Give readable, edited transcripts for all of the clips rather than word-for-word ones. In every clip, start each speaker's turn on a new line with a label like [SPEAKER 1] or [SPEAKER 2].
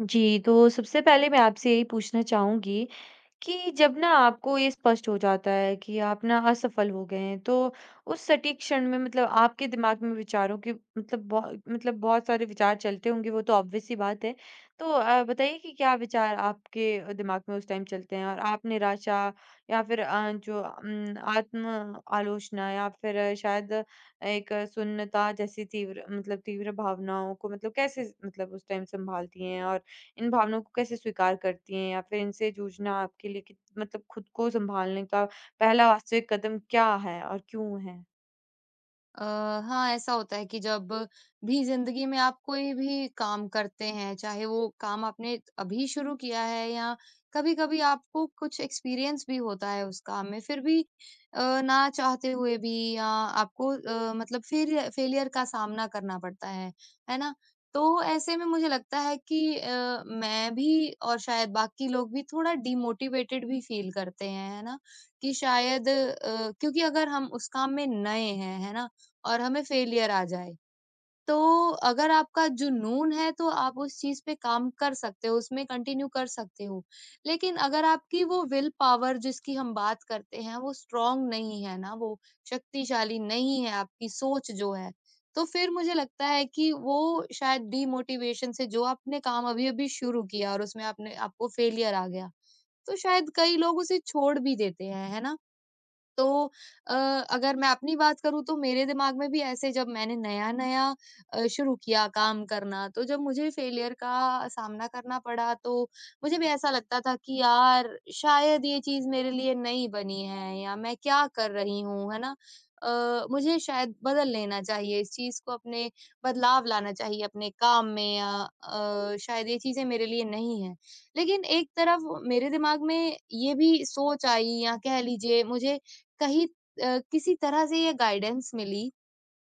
[SPEAKER 1] जी, तो सबसे पहले मैं आपसे यही पूछना चाहूँगी कि जब ना आपको ये स्पष्ट हो जाता है कि आप ना असफल हो गए हैं, तो उस सटीक क्षण में मतलब आपके दिमाग में विचारों के बहुत सारे विचार चलते होंगे, वो तो ऑब्वियस सी बात है। तो बताइए कि क्या विचार आपके दिमाग में उस टाइम चलते हैं और आप निराशा या फिर जो आत्म आलोचना या फिर शायद एक शून्यता जैसी तीव्र भावनाओं को मतलब कैसे मतलब उस टाइम संभालती हैं और इन भावनाओं को कैसे स्वीकार करती हैं? या फिर इनसे जूझना आपके लिए कित मतलब खुद को सँभालने का पहला वास्तविक कदम क्या है और क्यों है?
[SPEAKER 2] अ, हाँ, ऐसा होता है कि जब भी ज़िंदगी में आप कोई भी काम करते हैं, चाहे वो काम आपने अभी शुरू किया है या कभी-कभी आपको कुछ एक्सपीरियंस भी होता है उस काम में, फिर भी ना चाहते हुए भी या आपको मतलब फेलियर फेलियर का सामना करना पड़ता है ना? तो ऐसे में मुझे लगता है कि मैं भी और शायद बाकी लोग भी थोड़ा डिमोटिवेटेड भी फ़ील करते हैं, है ना? कि शायद क्योंकि अगर हम उस काम में नए हैं, है ना? और हमें फेलियर आ जाए। तो अगर आपका जुनून है तो आप उस चीज़ पे काम कर सकते हो, उसमें कंटिन्यू कर सकते हो। लेकिन अगर आपकी वो विल पावर जिसकी हम बात करते हैं वो स्ट्रॉन्ग नहीं है ना, वो शक्तिशाली नहीं है आपकी सोच जो है, तो फिर मुझे लगता है कि वो शायद डिमोटिवेशन से जो आपने काम अभी-अभी शुरू किया और उसमें आपने आपको फेलियर आ गया, तो शायद कई लोग उसे छोड़ भी देते हैं, है ना? तो अ, अगर मैं अपनी बात करूँ तो मेरे दिमाग में भी ऐसे जब मैंने नया-नया शुरू किया काम करना, तो जब मुझे फेलियर का सामना करना पड़ा तो मुझे भी ऐसा लगता था कि यार शायद ये चीज़ मेरे लिए नहीं बनी है या मैं क्या कर रही हूँ, है ना? मुझे शायद बदल लेना चाहिए इस चीज़ को अपने बदलाव लाना चाहिए अपने काम में या शायद ये चीज़ें मेरे लिए नहीं हैं। लेकिन एक तरफ मेरे दिमाग में ये भी सोच आई या कह लीजिए मुझे कहीं किसी तरह से ये गाइडेंस मिली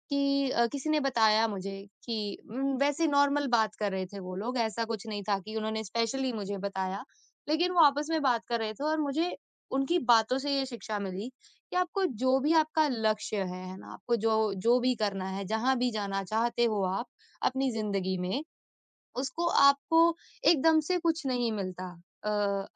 [SPEAKER 2] कि किसी ने बताया मुझे कि वैसे नॉर्मल बात कर रहे थे वो लोग, ऐसा कुछ नहीं था कि उन्होंने स्पेशली मुझे बताया। लेकिन वो आपस में बात कर रहे थे और मुझे उनकी बातों से ये शिक्षा मिली कि आपको जो भी आपका लक्ष्य है ना? आपको जो जो भी करना है, जहाँ भी जाना चाहते हो आप अपनी ज़िंदगी में, उसको आपको एकदम से कुछ नहीं मिलता। अ,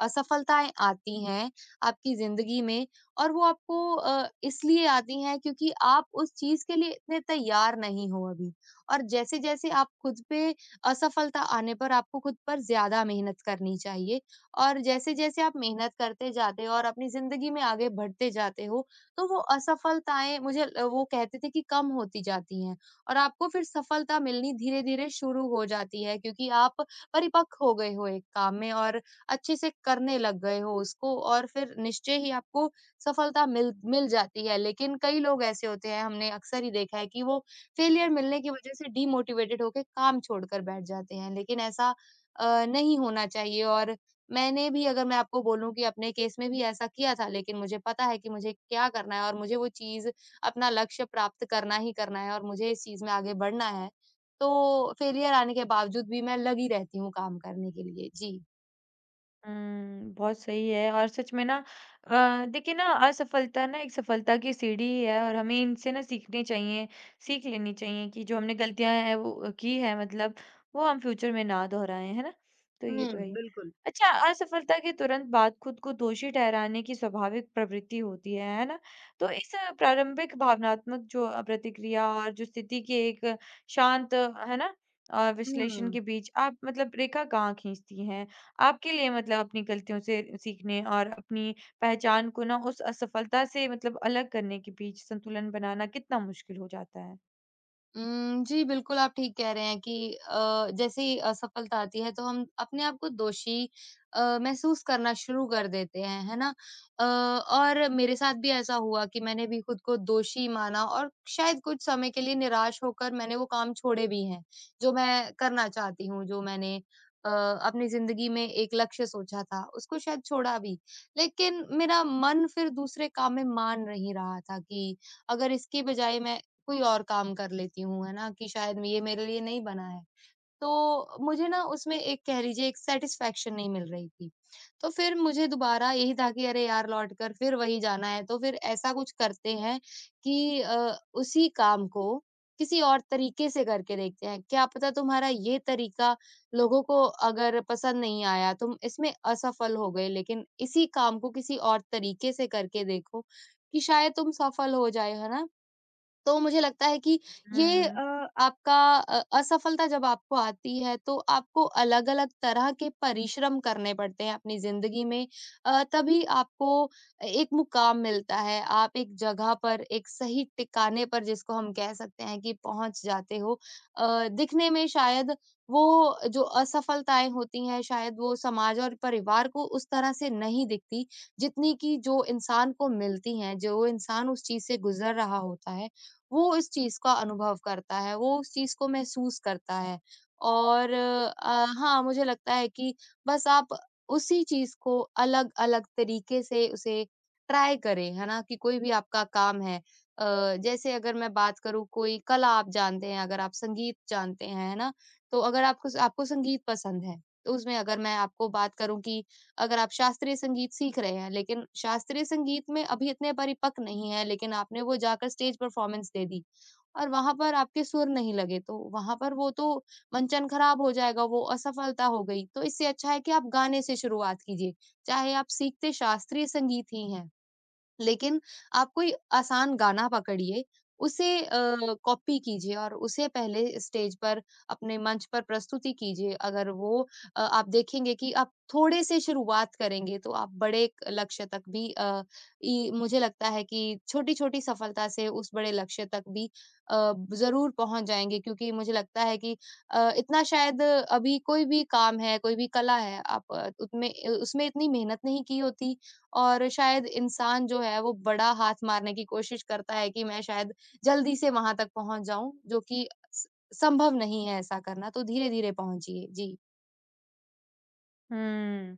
[SPEAKER 2] असफलताएँ आती हैं आपकी ज़िंदगी में और वो आपको इसलिए आती हैं क्योंकि आप उस चीज़ के लिए इतने तैयार नहीं हो अभी। और जैसे-जैसे आप खुद पे असफलता आने पर आपको खुद पर ज़्यादा मेहनत करनी चाहिए और जैसे-जैसे आप मेहनत करते जाते हो और अपनी ज़िंदगी में आगे बढ़ते जाते हो, तो वो असफलताएँ मुझे ल वो कहते थे कि कम होती जाती हैं और आपको फिर सफलता मिलनी धीरे-धीरे शुरू हो जाती है क्योंकि आप परिपक्व हो गए हो एक काम में और अच्छे से करने लग गए हो उसको और फिर निश्चय ही आपको सफलता मिल मिल जाती है। लेकिन कई लोग ऐसे होते हैं हमने अक्सर ही देखा है कि वो फेलियर मिलने की वज़ह से डीमोटिवेटेड होके काम छोड़कर बैठ जाते हैं, लेकिन ऐसा नहीं होना चाहिए और मैंने भी अगर मैं आपको बोलूँ कि अपने केस में भी ऐसा किया था लेकिन मुझे पता है कि मुझे क्या करना है और मुझे वो चीज़ अपना लक्ष्य प्राप्त करना ही करना है और मुझे इस चीज़ में आगे बढ़ना है। तो फेलियर आने के बावजूद भी मैं लगी रहती हूँ काम करने के लिए। जी।
[SPEAKER 1] हुँ, बहुत सही है और सच में ना देखिए ना असफलता ना एक सफलता की सीढ़ी ही है और हमें इनसे ना सीखनी चाहिए, सीख लेनी चाहिए कि जो हमने गलतियाँ हैं वो की है मतलब वो हम फ्यूचर में ना दोहराएँ, है ना? तो ये
[SPEAKER 2] हुँ,
[SPEAKER 1] तो है ही।
[SPEAKER 2] बिल्कुल।
[SPEAKER 1] अच्छा असफलता के तुरंत बाद खुद को दोषी ठहराने की स्वाभाविक प्रवृत्ति होती है ना? तो इस प्रारंभिक भावनात्मक जो प्रतिक्रिया और जो स्थिति के एक शांत है ना? विश्लेषण
[SPEAKER 2] हुँ।
[SPEAKER 1] के बीच आप मतलब रेखा कहाँ खींचती हैं? आपके लिए मतलब अपनी गलतियों से सीखने और अपनी पहचान को ना उस असफलता से मतलब अलग करने के बीच संतुलन बनाना कितना मुश्किल हो जाता है?
[SPEAKER 2] जी, बिल्कुल आप ठीक कह रहे हैं कि जैसे ही असफलता आती है तो हम अपने आप को दोषी महसूस करना शुरू कर देते हैं, है ना? अ, और मेरे साथ भी ऐसा हुआ कि मैंने भी खुद को दोषी माना और शायद कुछ समय के लिए निराश होकर मैंने वो काम छोड़े भी हैं, जो मैं करना चाहती हूँ, जो मैंने अ, अपनी ज़िंदगी में एक लक्ष्य सोचा था, उसको शायद छोड़ा भी। लेकिन मेरा मन फिर दूसरे काम में मान नहीं रहा था कि अगर इसकी बजाय मैं कोई और काम कर लेती हूँ, है ना? कि शायद ये मेरे लिए नहीं बना है। तो मुझे ना उसमें एक कह लीजिए एक सैटिस्फैक्शन नहीं मिल रही थी। तो फिर मुझे दोबारा यही था कि अरे यार लौट कर फिर वही जाना है, तो फिर ऐसा कुछ करते हैं कि उसी काम को किसी और तरीके से करके देखते हैं। क्या पता तुम्हारा ये तरीका लोगों को अगर पसंद नहीं आया, तुम इसमें असफल हो गए, लेकिन इसी काम को किसी और तरीके से करके देखो कि शायद तुम सफल हो जाए, है ना? तो मुझे लगता है कि ये
[SPEAKER 1] हुँ,
[SPEAKER 2] आपका असफलता जब आपको आती है तो आपको अलग-अलग तरह के परिश्रम करने पड़ते हैं अपनी ज़िंदगी में तभी आपको एक मुकाम मिलता है। आप एक जगह पर एक सही टिकाने पर जिसको हम कह सकते हैं कि पहुँच जाते हो। दिखने में शायद वो जो असफलताएँ होती हैं शायद वो समाज और परिवार को उस तरह से नहीं दिखती जितनी कि जो इंसान को मिलती हैं, जो इंसान उस चीज़ से गुज़र रहा होता है। वो इस चीज़ का अनुभव करता है, वो उस चीज़ को महसूस करता है और हाँ, मुझे लगता है कि बस आप उसी चीज़ को अलग-अलग तरीके से उसे ट्राई करें, है ना? कि कोई भी आपका काम है अ, जैसे अगर मैं बात करूँ कोई कला आप जानते हैं, अगर आप संगीत जानते हैं, है ना? तो अगर आपको संगीत पसंद है, तो उसमें अगर मैं आपको बात करूँ कि अगर आप शास्त्रीय संगीत सीख रहे हैं, लेकिन शास्त्रीय संगीत में अभी इतने परिपक्व नहीं हैं, लेकिन आपने वो जाकर स्टेज परफ़ॉर्मेंस दे दी और वहाँ पर आपके सुर नहीं लगे, तो वहाँ पर वो तो मंचन खराब हो जाएगा, वो असफलता हो गई। तो इससे अच्छा है कि आप गाने से शुरुआत कीजिए, चाहे आप सीखते शास्त्रीय संगीत ही हैं। लेकिन आप कोई आसान गाना पकड़िए, उसे कॉपी कीजिए और उसे पहले स्टेज पर अपने मंच पर प्रस्तुति कीजिए। अगर वो आप देखेंगे कि आप थोड़े से शुरुआत करेंगे, तो आप बड़े एक लक्ष्य तक भी अ, इ मुझे लगता है कि छोटी-छोटी सफलता से उस बड़े लक्ष्य तक भी ज़रूर पहुँच जाएँगे क्योंकि मुझे लगता है कि इतना शायद अभी कोई भी काम है, कोई भी कला है, आप उसमें उसमें इतनी मेहनत नहीं की होती और शायद इंसान जो है वो बड़ा हाथ मारने की कोशिश करता है कि मैं शायद जल्दी से वहाँ तक पहुँच जाऊँ, जो कि स संभव नहीं है ऐसा करना, तो धीरे-धीरे पहुँचिए। जी।
[SPEAKER 1] हुँ।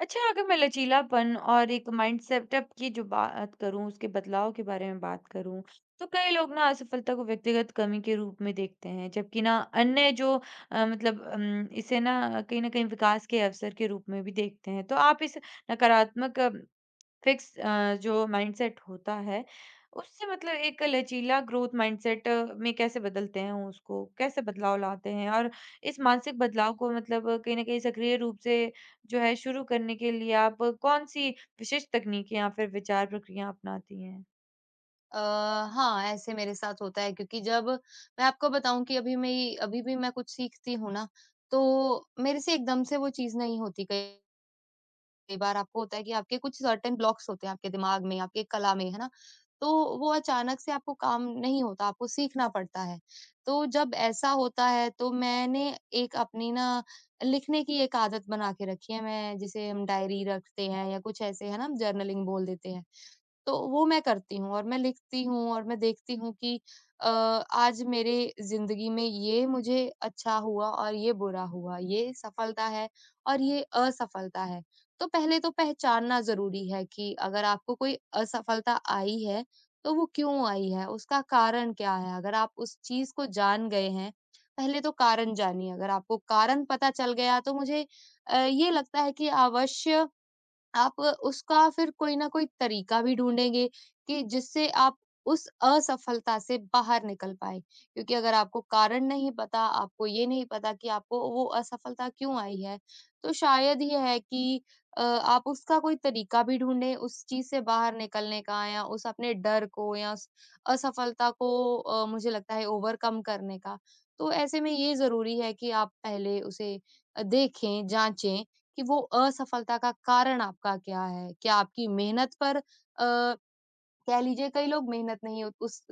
[SPEAKER 1] अच्छा अगर मैं लचीलापन और एक माइंड सेटअप की जो बात करूँ, उसके बदलाव के बारे में बात करूँ, तो कई लोग ना असफलता को व्यक्तिगत कमी के रूप में देखते हैं, जबकि ना अन्य जो इसे ना कहीं न कहीं विकास के अवसर के रूप में भी देखते हैं। तो आप इस नकारात्मक फिक्स जो माइंडसेट होता है, उससे मतलब एक लचीला ग्रोथ माइंडसेट में कैसे बदलते हैं उसको? कैसे बदलाव लाते हैं? और इस मानसिक बदलाव को मतलब कहीं न कहीं सक्रिय रूप से जो है शुरू करने के लिए आप कौन-सी विशेष तकनीकें या फिर विचार प्रक्रिया अपनाती हैं?
[SPEAKER 2] अ, हाँ, ऐसे मेरे साथ होता है क्योंकि जब मैं आपको बताऊँ कि अभी भी मैं कुछ सीखती हूँ ना, तो मेरे से एकदम से वो चीज़ नहीं होती कई कई बार आपको होता है कि आपके कुछ सर्टेन ब्लॉक्स होते हैं आपके दिमाग में, आपकी कला में, है ना? तो वो अचानक से आपको काम नहीं होता, आपको सीखना पड़ता है। तो जब ऐसा होता है तो मैंने एक अपनी ना लिखने की एक आदत बना के रखी है, मैं जिसे हम डायरी रखते हैं या कुछ ऐसे है ना, जर्नलिंग बोल देते हैं। तो वो मैं करती हूँ और मैं लिखती हूँ और मैं देखती हूँ कि आज मेरे ज़िंदगी में ये मुझे अच्छा हुआ और ये बुरा हुआ, ये सफलता है और ये असफलता है। तो पहले तो पहचानना ज़रूरी है कि अगर आपको कोई असफलता आई है, तो वो क्यों आई है? उसका कारण क्या है? अगर आप उस चीज़ को जान गए हैं, पहले तो कारण जानिए। अगर आपको कारण पता चल गया तो मुझे ये लगता है कि अवश्य आप उसका फिर कोई ना कोई तरीका भी ढूँढेंगे कि जिससे आप उस असफलता से बाहर निकल पाएँ। क्योंकि अगर आपको कारण नहीं पता, आपको ये नहीं पता कि आपको वो असफलता क्यों आई है, तो शायद ये है कि आप उसका कोई तरीका भी ढूँढें उस चीज़ से बाहर निकलने का या उस अपने डर को या उस असफलता को मुझे लगता है ओवरकम करने का। तो ऐसे में ये ज़रूरी है कि आप पहले उसे देखें, जाँचें कि वो असफलता का कारण आपका क्या है? क्या आपकी मेहनत पर कह लीजिए कई लोग मेहनत नहीं उस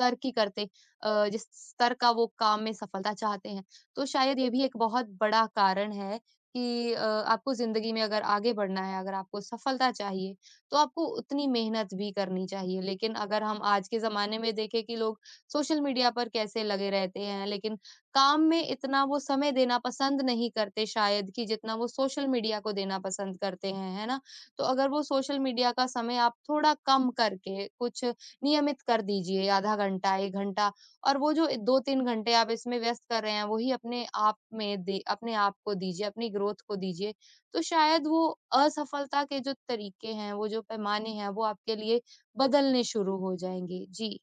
[SPEAKER 2] तर्क ही करते अ, जिस स्तर का वो काम में सफलता चाहते हैं। तो शायद ये भी एक बहुत बड़ा कारण है कि आपको ज़िंदगी में अगर आगे बढ़ना है, अगर आपको सफलता चाहिए, तो आपको उतनी मेहनत भी करनी चाहिए। लेकिन अगर हम आज के ज़माने में देखें कि लोग सोशल मीडिया पर कैसे लगे रहते हैं, लेकिन काम में इतना वो समय देना पसंद नहीं करते शायद कि जितना वो सोशल मीडिया को देना पसंद करते हैं, है ना? तो अगर वो सोशल मीडिया का समय आप थोड़ा कम करके कुछ नियमित कर दीजिए, आधा घंटा 1 घंटा, और वो जो 2-3 घंटे आप इसमें व्यस्त कर रहे हैं वही अपने आप में दे अपने आप को दीजिए, अपनी ग्रोथ को दीजिए। तो शायद वो असफलता के जो तरीके हैं, वो जो पैमाने हैं, वो आपके लिए बदलने शुरू हो जाएँगे। जी।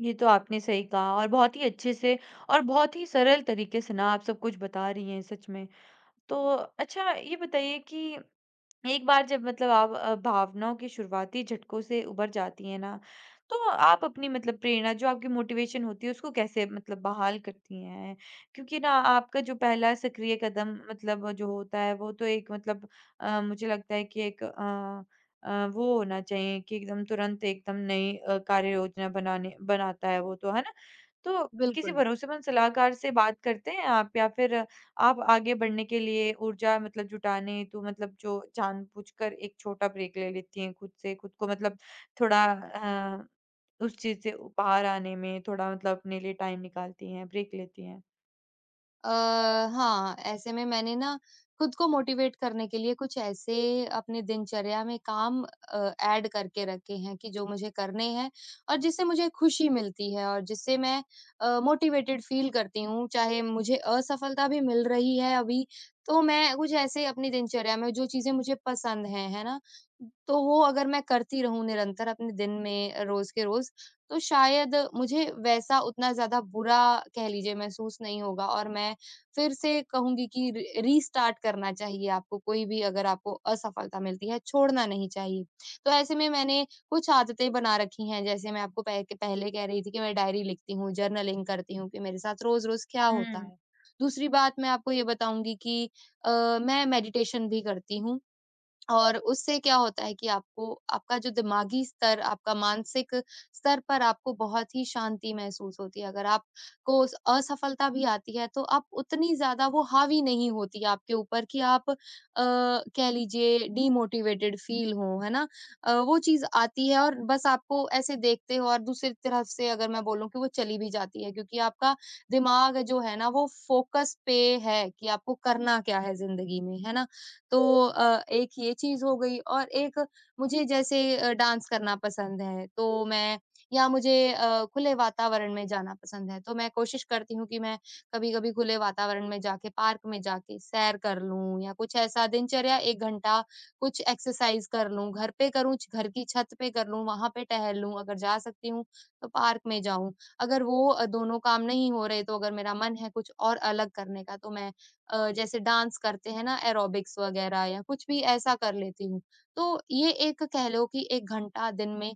[SPEAKER 1] ये तो आपने सही कहा और बहुत ही अच्छे से और बहुत ही सरल तरीके से ना आप सब कुछ बता रही हैं सच में। तो अच्छा ये बताइए कि एक बार जब मतलब आप भावनाओं के शुरुआती झटकों से उबर जाती हैं ना, तो आप अपनी मतलब प्रेरणा जो आपकी मोटिवेशन होती है उसको कैसे मतलब बहाल करती हैं? क्योंकि ना आपका जो पहला सक्रिय कदम मतलब जो होता है वो तो एक मतलब मुझे लगता है कि एक वो होना चाहिए कि एकदम तुरंत एकदम नई कार्य योजना बनाने बनाता है वो तो है ना? तो किसी
[SPEAKER 2] बिल्कुल।
[SPEAKER 1] भरोसेमंद सलाहकार से बात करते हैं आप या फिर आप आगे बढ़ने के लिए ऊर्जा मतलब जुटाने हेतु मतलब जो जानबूझकर एक छोटा ब्रेक ले लेती हैं खुद से खुद को मतलब थोड़ा उस चीज से बाहर आने में थोड़ा मतलब अपने लिए टाइम निकालती हैं, ब्रेक लेती हैं?
[SPEAKER 2] अ, हाँ, ऐसे में मैंने ना खुद को मोटिवेट करने के लिए कुछ ऐसे अपनी दिनचर्या में काम ऐड करके रखे हैं कि जो मुझे करने हैं और जिससे मुझे खुशी मिलती है और जिससे मैं मोटिवेटेड फ़ील करती हूँ। चाहे मुझे असफलता भी मिल रही है अभी, तो मैं कुछ ऐसे अपनी दिनचर्या में जो चीज़ें मुझे पसंद हैं, है ना? तो वो अगर मैं करती रहूँ निरंतर अपने दिन में रोज़ के रोज़, तो शायद मुझे वैसा उतना ज़्यादा बुरा कह लीजिए महसूस नहीं होगा और मैं फिर से कहूँगी कि रि रीस्टार्ट करना चाहिए आपको, कोई भी अगर आपको असफलता मिलती है, छोड़ना नहीं चाहिए। तो ऐसे में मैंने कुछ आदतें बना रखी हैं, जैसे मैं आपको पह के पहले कह रही थी कि मैं डायरी लिखती हूँ, जर्नलिंग करती हूँ कि मेरे साथ रोज़-रोज़ क्या होता
[SPEAKER 1] हम्म।
[SPEAKER 2] है। दूसरी बात मैं आपको ये बताऊँगी कि अ, मैं मेडिटेशन भी करती हूँ और उससे क्या होता है कि आपको आपका जो दिमागी स्तर, आपका मानसिक स्तर पर आपको बहुत ही शांति महसूस होती है। अगर आपको उस असफलता भी आती है, तो आप उतनी ज़्यादा वो हावी नहीं होती है आपके ऊपर कि आप कह लीजिए डिमोटिवेटेड फ़ील हो, है ना? वो चीज़ आती है और बस आपको ऐसे देखते हो और दूसरी तरफ से अगर मैं बोलूँ कि वो चली भी जाती है क्योंकि आपका दिमाग जो है ना, वो फ़ोकस पे है कि आपको करना क्या है ज़िंदगी में, है ना? तो एक ये चीज़ हो गई और एक मुझे जैसे डांस करना पसंद है, तो मैं या मुझे खुले वातावरण में जाना पसंद है, तो मैं कोशिश करती हूँ कि मैं कभी-कभी खुले वातावरण में जाके, पार्क में जाके सैर कर लूँ या कुछ ऐसा दिनचर्या 1 घंटा कुछ एक्सरसाइज कर लूँ, घर पे करूँ, छ घर की छत पे कर लूँ, वहाँ पे टहल लूँ, अगर जा सकती हूँ, तो पार्क में जाऊँ। अगर वो दोनों काम नहीं हो रहे, तो अगर मेरा मन है कुछ और अलग करने का, तो मैं जैसे डांस करते हैं ना एरोबिक्स वगैरह या कुछ भी ऐसा कर लेती हूँ। तो ये एक कह लो कि 1 घंटा दिन में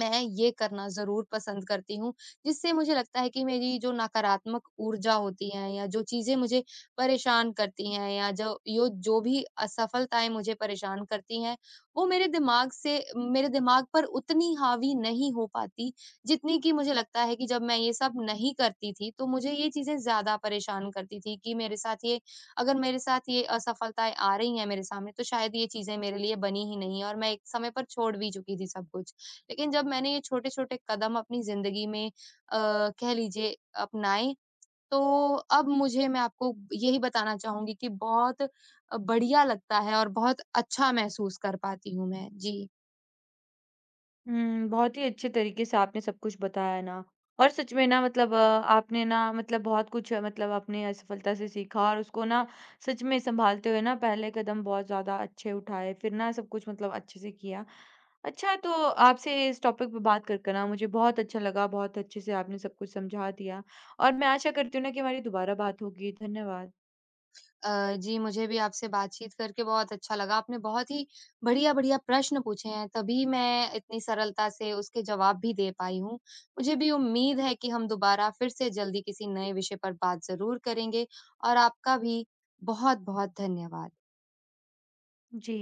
[SPEAKER 2] मैं ये करना ज़रूर पसंद करती हूँ, जिससे मुझे लगता है कि मेरी जो नकारात्मक ऊर्जा होती है या जो चीज़ें मुझे परेशान करती हैं या जो भी असफलताएँ मुझे परेशान करती हैं, वो मेरे दिमाग पर उतनी हावी नहीं हो पाती, जितनी कि मुझे लगता है कि जब मैं ये सब नहीं करती थी, तो मुझे ये चीज़ें ज़्यादा परेशान करती थी कि मेरे साथ ये अगर मेरे साथ ये असफलताएँ आ रही हैं मेरे सामने, तो शायद ये चीज़ें मेरे लिए बनी ही नहीं हैं और मैं एक समय पर छोड़ भी चुकी थी सब कुछ। लेकिन जब मैंने ये छोटे-छोटे कदम अपनी ज़िंदगी में कह लीजिए अपनाए, तो अब मुझे मैं आपको यही बताना चाहूँगी कि बहुत बढ़िया लगता है और बहुत अच्छा महसूस कर पाती हूँ मैं। जी।
[SPEAKER 1] हुँ, बहुत ही अच्छे तरीके से आपने सब कुछ बताया ना और सच में ना आपने ना मतलब बहुत कुछ मतलब अपनी असफलता से सीखा और उसको ना सच में सँभालते हुए ना पहले कदम बहुत ज़्यादा अच्छे उठाए, फिर ना सब कुछ मतलब अच्छे से किया। अच्छा तो आपसे इस टॉपिक पे बात कर कर ना मुझे बहुत अच्छा लगा, बहुत अच्छे से आपने सब कुछ समझा दिया और मैं आशा करती हूँ ना कि हमारी दोबारा बात होगी। धन्यवाद।
[SPEAKER 2] जी, मुझे भी आपसे बातचीत करके बहुत अच्छा लगा। आपने बहुत ही बढ़िया-बढ़िया प्रश्न पूछे हैं, तभी मैं इतनी सरलता से उसके जवाब भी दे पाई हूँ। मुझे भी उम्मीद है कि हम दोबारा फिर से जल्दी किसी नए विषय पर बात ज़रूर करेंगे और आपका भी बहुत-बहुत धन्यवाद।
[SPEAKER 1] जी।